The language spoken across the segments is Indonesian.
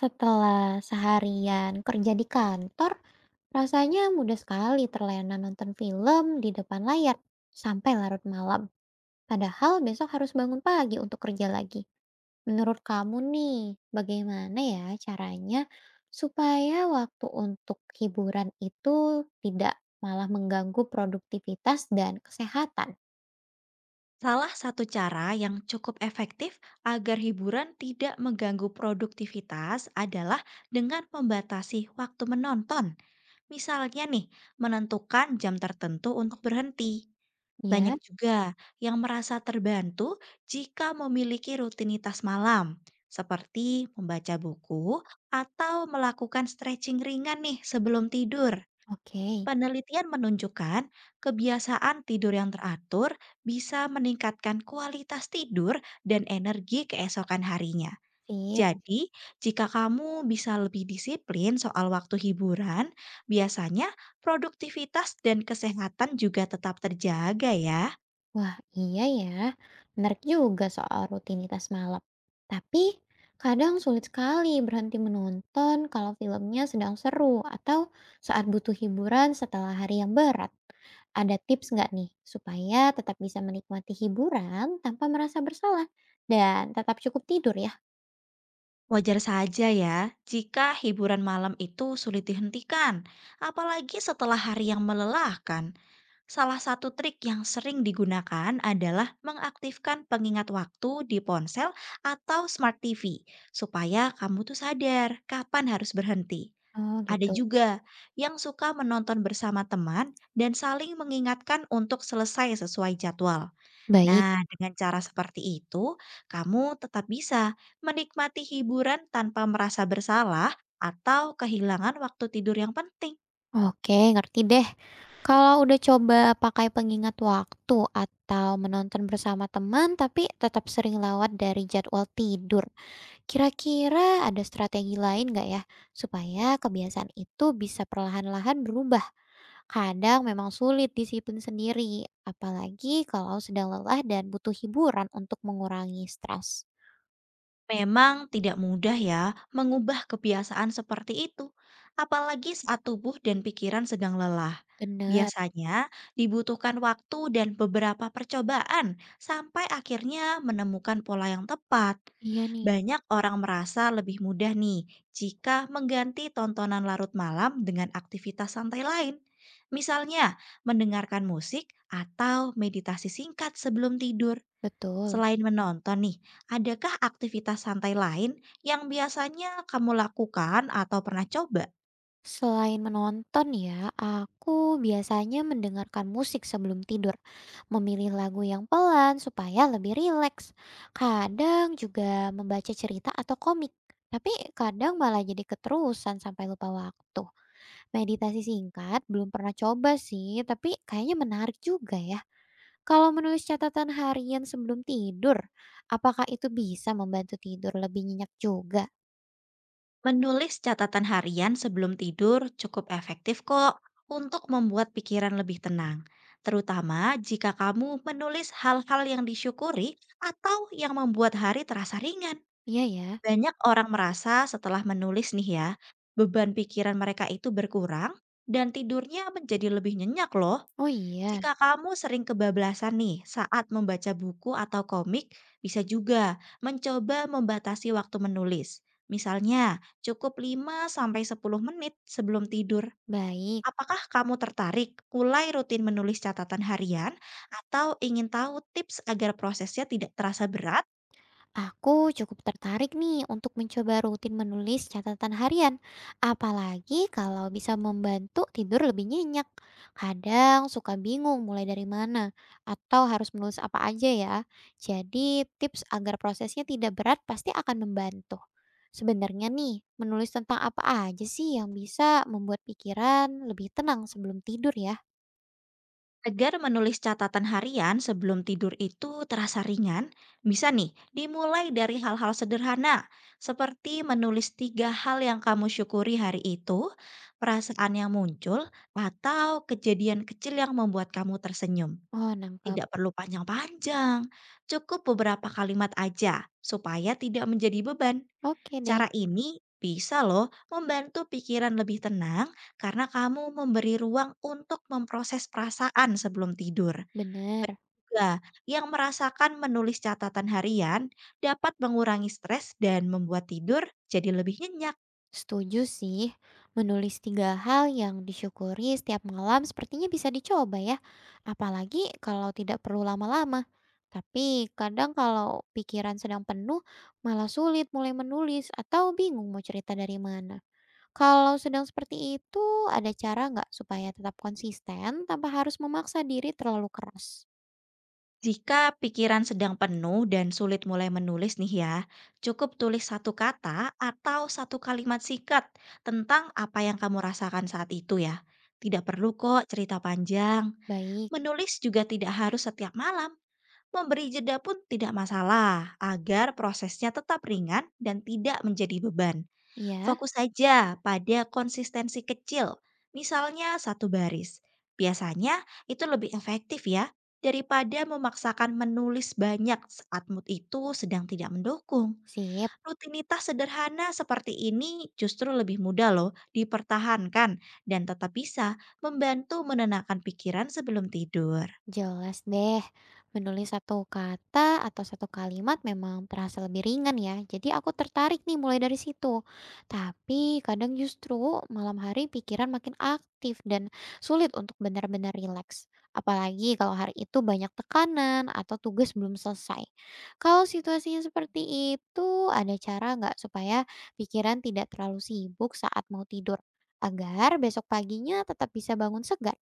Setelah seharian kerja di kantor, rasanya mudah sekali terlena nonton film di depan layar sampai larut malam. Padahal besok harus bangun pagi untuk kerja lagi. Menurut kamu nih, bagaimana ya caranya supaya waktu untuk hiburan itu tidak malah mengganggu produktivitas dan kesehatan? Salah satu cara yang cukup efektif agar hiburan tidak mengganggu produktivitas adalah dengan membatasi waktu menonton. Misalnya nih, menentukan jam tertentu untuk berhenti. Ya, Banyak juga yang merasa terbantu jika memiliki rutinitas malam, seperti membaca buku atau melakukan stretching ringan nih sebelum tidur. oke, Penelitian menunjukkan kebiasaan tidur yang teratur bisa meningkatkan kualitas tidur dan energi keesokan harinya. sip. Jadi, jika kamu bisa lebih disiplin soal waktu hiburan, biasanya produktivitas dan kesehatan juga tetap terjaga ya. Wah, iya ya. Menarik juga soal rutinitas malam. Tapi kadang sulit sekali berhenti menonton kalau filmnya sedang seru atau saat butuh hiburan setelah hari yang berat. Ada tips nggak nih supaya tetap bisa menikmati hiburan tanpa merasa bersalah dan tetap cukup tidur ya? Wajar saja ya jika hiburan malam itu sulit dihentikan, apalagi setelah hari yang melelahkan. Salah satu trik yang sering digunakan adalah mengaktifkan pengingat waktu di ponsel atau smart TV supaya kamu tuh sadar kapan harus berhenti. Oh Ada gitu. juga yang suka menonton bersama teman dan saling mengingatkan untuk selesai sesuai jadwal. Baik. Nah, dengan cara seperti itu, kamu tetap bisa menikmati hiburan tanpa merasa bersalah atau kehilangan waktu tidur yang penting. Oke, ngerti deh. Kalau udah coba pakai pengingat waktu atau menonton bersama teman, tapi tetap sering lewat dari jadwal tidur, kira-kira ada strategi lain nggak ya? Supaya kebiasaan itu bisa perlahan-lahan berubah. Kadang memang sulit disiplin sendiri, apalagi kalau sedang lelah dan butuh hiburan untuk mengurangi stres. Memang tidak mudah ya mengubah kebiasaan seperti itu, apalagi saat tubuh dan pikiran sedang lelah. Bener, Biasanya dibutuhkan waktu dan beberapa percobaan sampai akhirnya menemukan pola yang tepat. iya nih, Banyak orang merasa lebih mudah nih jika mengganti tontonan larut malam dengan aktivitas santai lain. Misalnya, mendengarkan musik atau meditasi singkat sebelum tidur. betul. Selain menonton nih, adakah aktivitas santai lain yang biasanya kamu lakukan atau pernah coba? Selain menonton ya, aku biasanya mendengarkan musik sebelum tidur. Memilih lagu yang pelan supaya lebih rileks. Kadang juga membaca cerita atau komik. Tapi kadang malah jadi keterusan sampai lupa waktu. Meditasi singkat belum pernah coba sih, tapi kayaknya menarik juga ya. Kalau menulis catatan harian sebelum tidur, apakah itu bisa membantu tidur lebih nyenyak juga? Menulis catatan harian sebelum tidur cukup efektif kok untuk membuat pikiran lebih tenang, terutama jika kamu menulis hal-hal yang disyukuri atau yang membuat hari terasa ringan. Iya ya. Banyak orang merasa setelah menulis nih ya, beban pikiran mereka itu berkurang dan tidurnya menjadi lebih nyenyak loh. Oh iya, Jika kamu sering kebablasan nih saat membaca buku atau komik, bisa juga mencoba membatasi waktu menulis. Misalnya, cukup 5 sampai 10 menit sebelum tidur. baik. Apakah kamu tertarik mulai rutin menulis catatan harian atau ingin tahu tips agar prosesnya tidak terasa berat? Aku cukup tertarik nih untuk mencoba rutin menulis catatan harian, apalagi kalau bisa membantu tidur lebih nyenyak. Kadang suka bingung mulai dari mana, atau harus menulis apa aja ya. Jadi tips agar prosesnya tidak berat pasti akan membantu. Sebenarnya nih, menulis tentang apa aja sih yang bisa membuat pikiran lebih tenang sebelum tidur ya? Agar menulis catatan harian sebelum tidur itu terasa ringan, bisa nih dimulai dari hal-hal sederhana, seperti menulis tiga hal yang kamu syukuri hari itu, perasaan yang muncul, atau kejadian kecil yang membuat kamu tersenyum. Oh, nangkep. Tidak perlu panjang-panjang, cukup beberapa kalimat aja supaya tidak menjadi beban. Oke deh, Cara ini bisa loh membantu pikiran lebih tenang karena kamu memberi ruang untuk memproses perasaan sebelum tidur. bener. Banyak juga yang merasakan menulis catatan harian dapat mengurangi stres dan membuat tidur jadi lebih nyenyak. Setuju sih, menulis tiga hal yang disyukuri setiap malam sepertinya bisa dicoba ya, apalagi kalau tidak perlu lama-lama. Tapi kadang kalau pikiran sedang penuh, malah sulit mulai menulis atau bingung mau cerita dari mana. Kalau sedang seperti itu, ada cara nggak supaya tetap konsisten tanpa harus memaksa diri terlalu keras? Jika pikiran sedang penuh dan sulit mulai menulis nih ya, cukup tulis satu kata atau satu kalimat singkat tentang apa yang kamu rasakan saat itu ya. Tidak perlu kok cerita panjang. Baik, Menulis juga tidak harus setiap malam, memberi jeda pun tidak masalah, agar prosesnya tetap ringan dan tidak menjadi beban. ya, Fokus saja pada konsistensi kecil, misalnya satu baris. Biasanya itu lebih efektif ya, daripada memaksakan menulis banyak saat mood itu sedang tidak mendukung. sip. Rutinitas sederhana seperti ini justru lebih mudah loh dipertahankan dan tetap bisa membantu menenangkan pikiran sebelum tidur. Jelas deh, menulis satu kata atau satu kalimat memang terasa lebih ringan ya. Jadi aku tertarik nih mulai dari situ. Tapi kadang justru malam hari pikiran makin aktif dan sulit untuk benar-benar rileks. Apalagi kalau hari itu banyak tekanan atau tugas belum selesai. Kalau situasinya seperti itu, ada cara nggak supaya pikiran tidak terlalu sibuk saat mau tidur? Agar besok paginya tetap bisa bangun segar.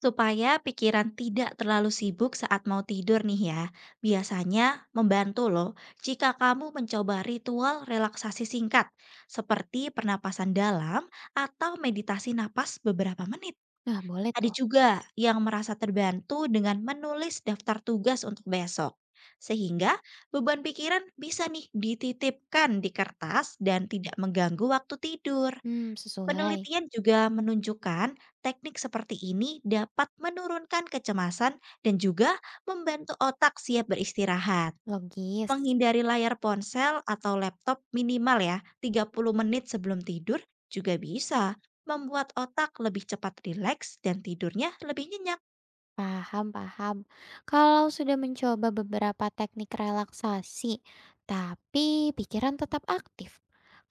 Supaya pikiran tidak terlalu sibuk saat mau tidur nih ya, biasanya membantu loh jika kamu mencoba ritual relaksasi singkat seperti pernapasan dalam atau meditasi napas beberapa menit. Nah, boleh Ada tuh. juga yang merasa terbantu dengan menulis daftar tugas untuk besok. Sehingga beban pikiran bisa nih dititipkan di kertas dan tidak mengganggu waktu tidur. Hmm, sesuai, Penelitian juga menunjukkan teknik seperti ini dapat menurunkan kecemasan dan juga membantu otak siap beristirahat. logis, Menghindari layar ponsel atau laptop minimal ya 30 menit sebelum tidur juga bisa membuat otak lebih cepat rileks dan tidurnya lebih nyenyak. paham paham. Kalau sudah mencoba beberapa teknik relaksasi, tapi pikiran tetap aktif,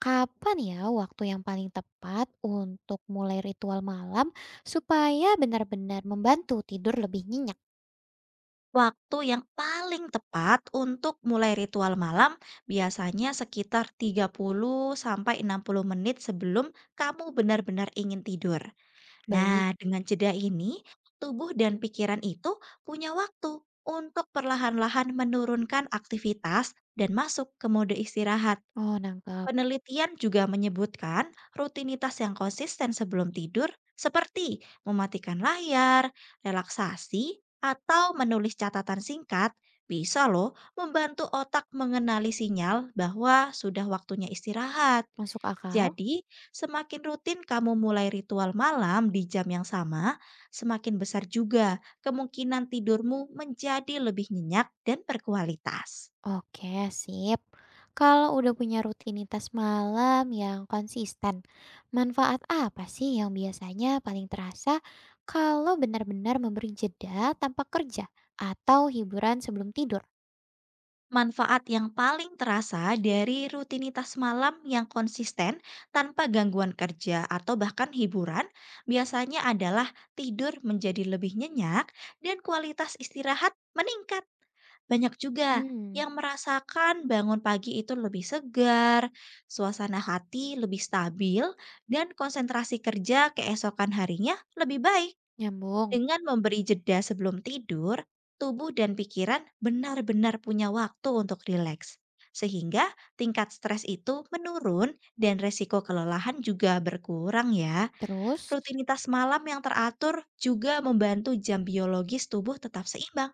kapan ya waktu yang paling tepat untuk mulai ritual malam supaya benar-benar membantu tidur lebih nyenyak? Waktu yang paling tepat untuk mulai ritual malam biasanya sekitar 30 sampai 60 menit sebelum kamu benar-benar ingin tidur. Nah, Baik. dengan jeda ini, tubuh dan pikiran itu punya waktu untuk perlahan-lahan menurunkan aktivitas dan masuk ke mode istirahat. Oh, nangkap, Penelitian juga menyebutkan rutinitas yang konsisten sebelum tidur seperti mematikan layar, relaksasi, atau menulis catatan singkat bisa loh membantu otak mengenali sinyal bahwa sudah waktunya istirahat. masuk akal. Jadi, semakin rutin kamu mulai ritual malam di jam yang sama, semakin besar juga kemungkinan tidurmu menjadi lebih nyenyak dan berkualitas. Oke, sip. Kalau udah punya rutinitas malam yang konsisten, manfaat apa sih yang biasanya paling terasa kalau benar-benar memberi jeda tanpa kerja atau hiburan sebelum tidur? Manfaat yang paling terasa dari rutinitas malam yang konsisten tanpa gangguan kerja atau bahkan hiburan biasanya adalah tidur menjadi lebih nyenyak dan kualitas istirahat meningkat. Banyak juga Hmm, yang merasakan bangun pagi itu lebih segar, suasana hati lebih stabil, dan konsentrasi kerja keesokan harinya lebih baik. nyambung. Dengan memberi jeda sebelum tidur, tubuh dan pikiran benar-benar punya waktu untuk rileks, sehingga tingkat stres itu menurun dan resiko kelelahan juga berkurang ya. Terus? Rutinitas malam yang teratur juga membantu jam biologis tubuh tetap seimbang,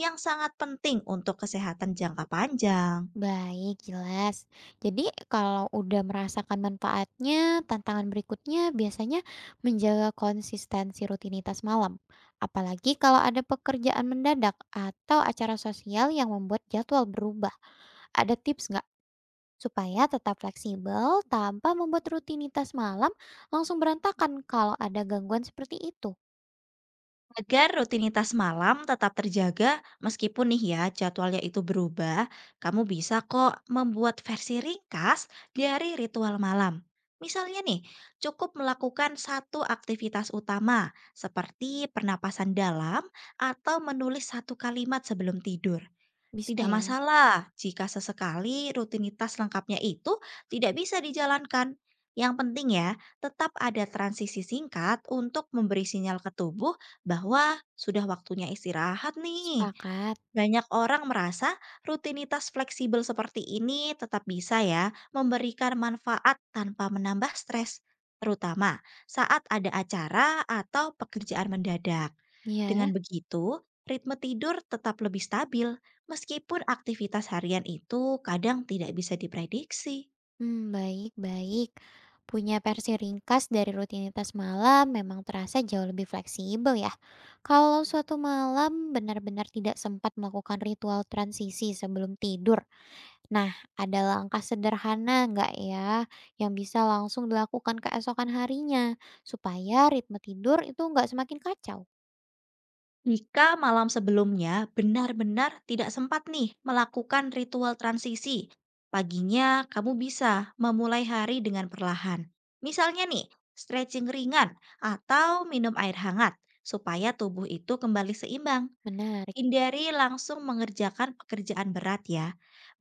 yang sangat penting untuk kesehatan jangka panjang. Baik, jelas. Jadi kalau udah merasakan manfaatnya, tantangan berikutnya biasanya menjaga konsistensi rutinitas malam. Apalagi kalau ada pekerjaan mendadak atau acara sosial yang membuat jadwal berubah. Ada tips nggak supaya tetap fleksibel tanpa membuat rutinitas malam langsung berantakan kalau ada gangguan seperti itu? Agar rutinitas malam tetap terjaga, meskipun nih ya jadwalnya itu berubah, kamu bisa kok membuat versi ringkas dari ritual malam. Misalnya nih, cukup melakukan satu aktivitas utama, seperti pernapasan dalam atau menulis satu kalimat sebelum tidur. Bisa Tidak ya? masalah jika sesekali rutinitas lengkapnya itu tidak bisa dijalankan. Yang penting ya, tetap ada transisi singkat untuk memberi sinyal ke tubuh bahwa sudah waktunya istirahat nih. Sepakat. Banyak orang merasa rutinitas fleksibel seperti ini tetap bisa ya memberikan manfaat tanpa menambah stres, terutama saat ada acara atau pekerjaan mendadak. Ya. Dengan begitu, ritme tidur tetap lebih stabil meskipun aktivitas harian itu kadang tidak bisa diprediksi. Hmm, baik baik. Punya versi ringkas dari rutinitas malam memang terasa jauh lebih fleksibel ya. Kalau suatu malam benar-benar tidak sempat melakukan ritual transisi sebelum tidur, nah, ada langkah sederhana nggak ya yang bisa langsung dilakukan keesokan harinya, supaya ritme tidur itu nggak semakin kacau? Jika malam sebelumnya benar-benar tidak sempat nih melakukan ritual transisi, paginya kamu bisa memulai hari dengan perlahan. Misalnya nih, stretching ringan atau minum air hangat supaya tubuh itu kembali seimbang. Menarik. Hindari langsung mengerjakan pekerjaan berat ya.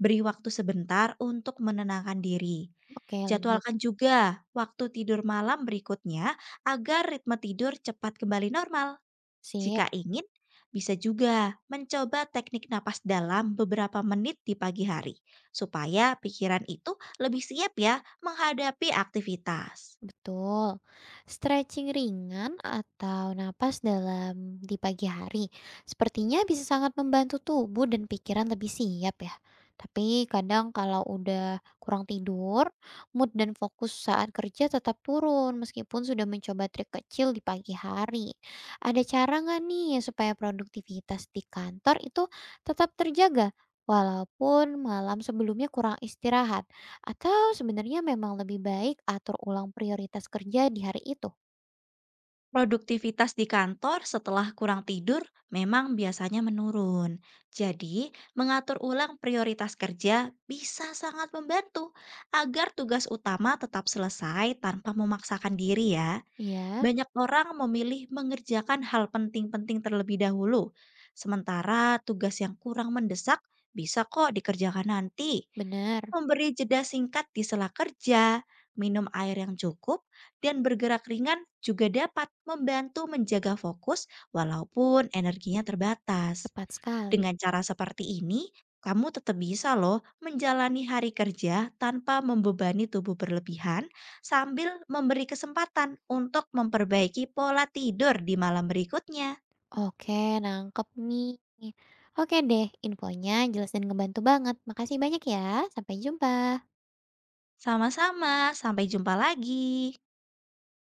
Beri waktu sebentar untuk menenangkan diri. Oke, lanjut. Jadwalkan juga waktu tidur malam berikutnya agar ritme tidur cepat kembali normal. Sip. Jika ingin, bisa juga mencoba teknik napas dalam beberapa menit di pagi hari supaya pikiran itu lebih siap ya menghadapi aktivitas. Betul. Stretching ringan atau napas dalam di pagi hari sepertinya bisa sangat membantu tubuh dan pikiran lebih siap ya. Tapi kadang kalau udah kurang tidur, mood dan fokus saat kerja tetap turun meskipun sudah mencoba trik kecil di pagi hari. Ada cara nggak nih supaya produktivitas di kantor itu tetap terjaga walaupun malam sebelumnya kurang istirahat? Atau sebenarnya memang lebih baik atur ulang prioritas kerja di hari itu? Produktivitas di kantor setelah kurang tidur memang biasanya menurun. Jadi, mengatur ulang prioritas kerja bisa sangat membantu agar tugas utama tetap selesai tanpa memaksakan diri ya. Iya, Banyak orang memilih mengerjakan hal penting-penting terlebih dahulu, sementara tugas yang kurang mendesak bisa kok dikerjakan nanti. benar. Memberi jeda singkat di sela kerja, minum air yang cukup, dan bergerak ringan juga dapat membantu menjaga fokus walaupun energinya terbatas. Tepat sekali. Dengan cara seperti ini, kamu tetap bisa loh menjalani hari kerja tanpa membebani tubuh berlebihan sambil memberi kesempatan untuk memperbaiki pola tidur di malam berikutnya. Oke, nangkep nih. Oke deh, infonya jelas dan ngebantu banget. Makasih banyak ya. Sampai jumpa. Sama-sama, sampai jumpa lagi.